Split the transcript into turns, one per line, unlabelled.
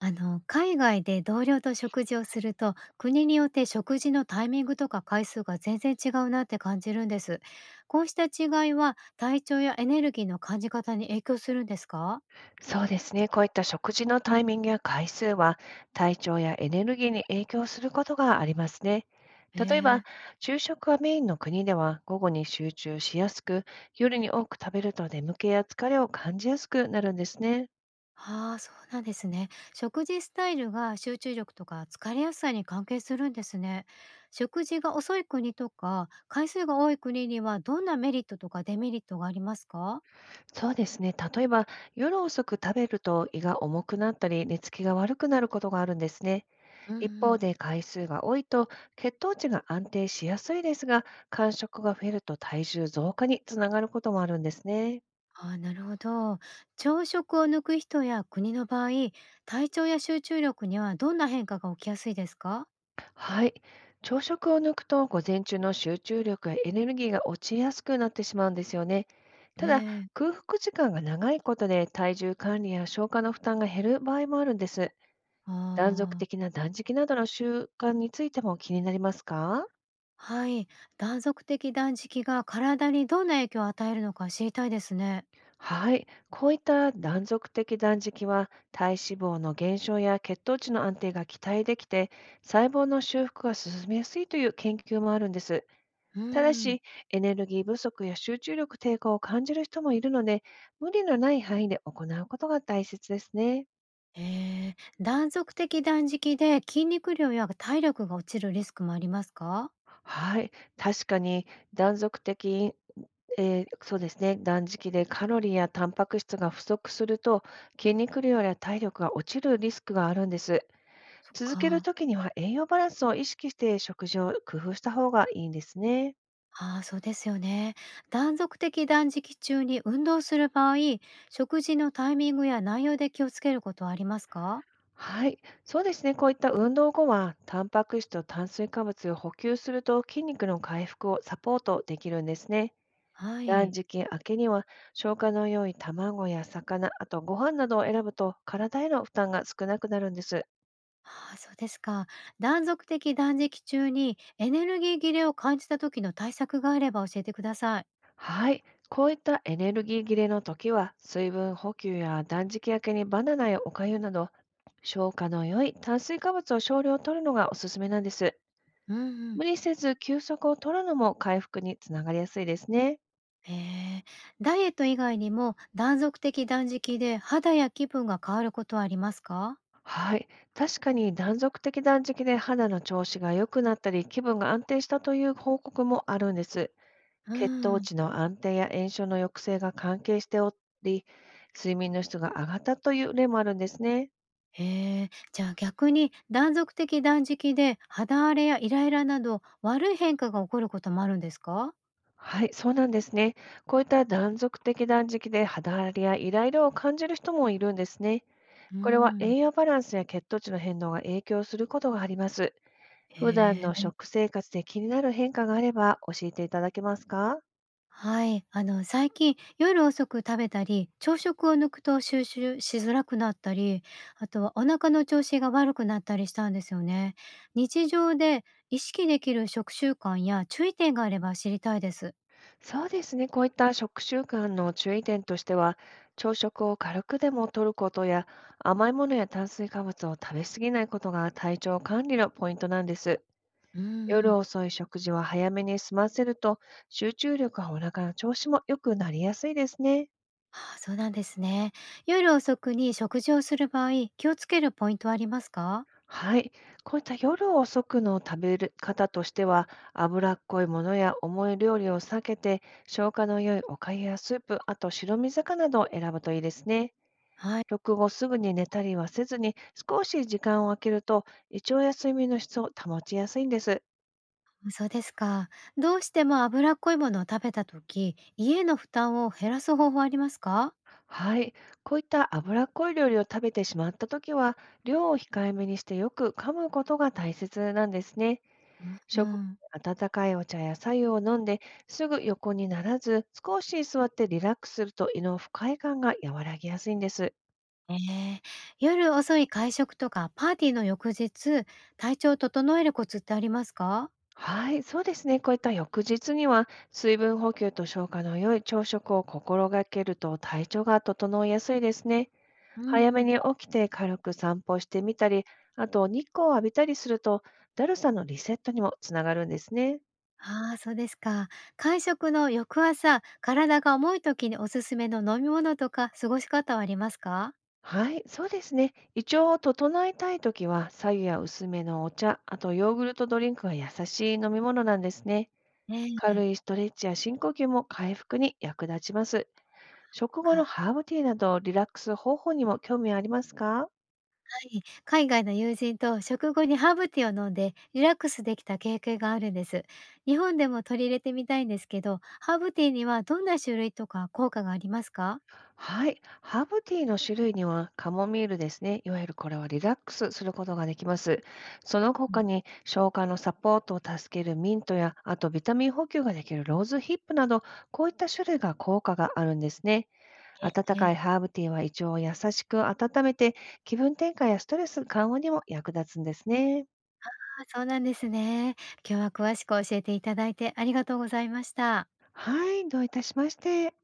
海外で同僚と食事をすると、国によって食事のタイミングとか回数が全然違うなって感じるんです。こうした違いは体調やエネルギーの感じ方に影響するんですか？
そうですね。こういった食事のタイミングや回数は、体調やエネルギーに影響することがありますね。
え
例え
え。
ば、昼食がメインの国では午後に集中しやすく、夜に多く食べると眠気や疲れを感じやすくなるんですね。
ああー、そうなんですね。食事スタイルが集中力とか疲れやすさに関係するんですね。食事が遅い国とか回数が多い国にはどんなメリットとかデメリットがありますか？
そうですね。例えば、夜遅く食べると胃が重くなったり、寝つきが悪くなることがあるんですね。
うん
一
う
方
ん。
で、回数が多いと血糖値が安定しやすいですが、間食が増えると体重増加につながることもあるんですね。
ああ、なるほど。朝食を抜く人や国の場合、体調や集中力にはどんな変化が起きやすいですか？
はい。朝食を抜くと午前中の集中力やエネルギーが落ちやすくなってしまうんですよね。
え
ただ、
え。
空腹時間が長いことで体重管理や消化の負担が減る場合もあるんです。断続
ああ、
的な断食などの習慣についても気になりますか？
はい。断続的断食が体にどんな影響を与えるのか知りたいですね。
はい。こういった断続的断食は体脂肪の減少や血糖値の安定が期待できて細胞の修復が進みやすいという研究もあるんです。
う
ただ
ん。
し、エネルギー不足や集中力低下を感じる人もいるので、無理のない範囲で行うことが大切ですね。
ええ、断続的断食で筋肉量や体力が落ちるリスクもありますか？
はい、確かに断続的、えーそうですね、断食でカロリーやタンパク質が不足すると、筋肉量や体力が落ちるリスクがあるんです。
そっ
続ける
か。
ときには栄養バランスを意識して食事を工夫した方がいいんですね。
ああ、そうですよね。断続的断食中に運動する場合、食事のタイミングや内容で気をつけることはありますか？
はい、そうですね。こういった運動後は、タンパク質と炭水化物を補給すると筋肉の回復をサポートできるんですね。
は
断
い。
食明けには、消化の良い卵や魚、あとご飯などを選ぶと体への負担が少なくなるんです。
ああ、そうですか。断続的断食中にエネルギー切れを感じた時の対策があれば教えてください。
はい、こういったエネルギー切れの時は、水分補給や断食明けにバナナやお粥など、消化の良い炭水化物を少量摂るのがおすすめなんです。
うんうん。
無理せず休息を取るのも回復につながりやすいですね。
えー、ダイエット以外にも断続的断食で肌や気分が変わることはありますか？
はい、確かに断続的断食で肌の調子が良くなったり、気分が安定したという報告もあるんです。
う
血糖
ん。
値の安定や炎症の抑制が関係しており、睡眠の質が上がったという例もあるんですね。
へえ、じゃあ逆に断続的断食で肌荒れやイライラなど悪い変化が起こることもあるんですか？
はい、そうなんですね。こういった断続的断食で肌荒れやイライラを感じる人もいるんですね。
う
これは
ん。
栄養バランスや血糖値の変動が影響することがあります。普段
へ
の
え、
食生活で気になる変化があれば教えていただけますか？
はい、最近夜遅く食べたり、朝食を抜くと収集しづらくなったり、あとはお腹の調子が悪くなったりしたんですよね。日常で意識できる食習慣や注意点があれば知りたいです。
そうですね。こういった食習慣の注意点としては、朝食を軽くでも取ることや、甘いものや炭水化物を食べ過ぎないことが体調管理のポイントなんです。
うんう
夜
ん。
遅い食事は早めに済ませると、集中力やお腹の調子も良くなりやすいですね。
ああ、そうなんですね。夜遅くに食事をする場合、気をつけるポイントはありますか？
はい。こういった夜遅くの食べる方としては、脂っこいものや重い料理を避けて、消化の良いおかゆやスープ、あと白身魚などを選ぶといいですね。
はい、
食後すぐに寝たりはせずに、少し時間を空けると、胃腸や睡眠の質を保ちやすいんです。
そうですか。どうしても脂っこいものを食べた時、家への負担を減らす方法はありますか？
はい。こういった脂っこい料理を食べてしまったときは、量を控えめにしてよく噛むことが大切なんですね。
う
食後
ん、
に温かいお茶や白湯を飲んで、すぐ横にならず、少し座ってリラックスすると胃の不快感が和らぎやすいんです。
ええ、夜遅い会食とかパーティーの翌日、体調を整えるコツってありますか？
はい、そうですね。こういった翌日には、水分補給と消化の良い朝食を心がけると体調が整いやすいですね。
うん
早め
うん。
に起きて軽く散歩してみたり、あと日光を浴びたりすると、だるさのリセットにもつながるんですね。
ああ、そうですか。会食の翌朝、体が重い時におすすめの飲み物とか過ごし方はありますか？
はい、そうですね。胃腸を整えたいときは、白湯や薄めのお茶、あとヨーグルトドリンクが優しい飲み物なんですね。
え
軽い
え。
ストレッチや深呼吸も回復に役立ちます。食後の
か
ハーブティーなどリラックス方法にも興味ありますか？
え、海外の友人と食後にハーブティーを飲んでリラックスできた経験があるんです。日本でも取り入れてみたいんですけど、ハーブティーにはどんな種類とか効果がありますか？
はい。ハーブティーの種類にはカモミールですね。いわゆるこれはリラックスすることができます。その
う
他
ん、
に消化のサポートを助けるミントや、あとビタミン補給ができるローズヒップなど、こういった種類が効果があるんですね。温
え。
かいハーブティーは胃腸を優しく温めて、気分転換やストレス緩和にも役立つんですね。
あ、そうなんですね。今日は詳しく教えていただいてありがとうございました。
はい。どういたしまして。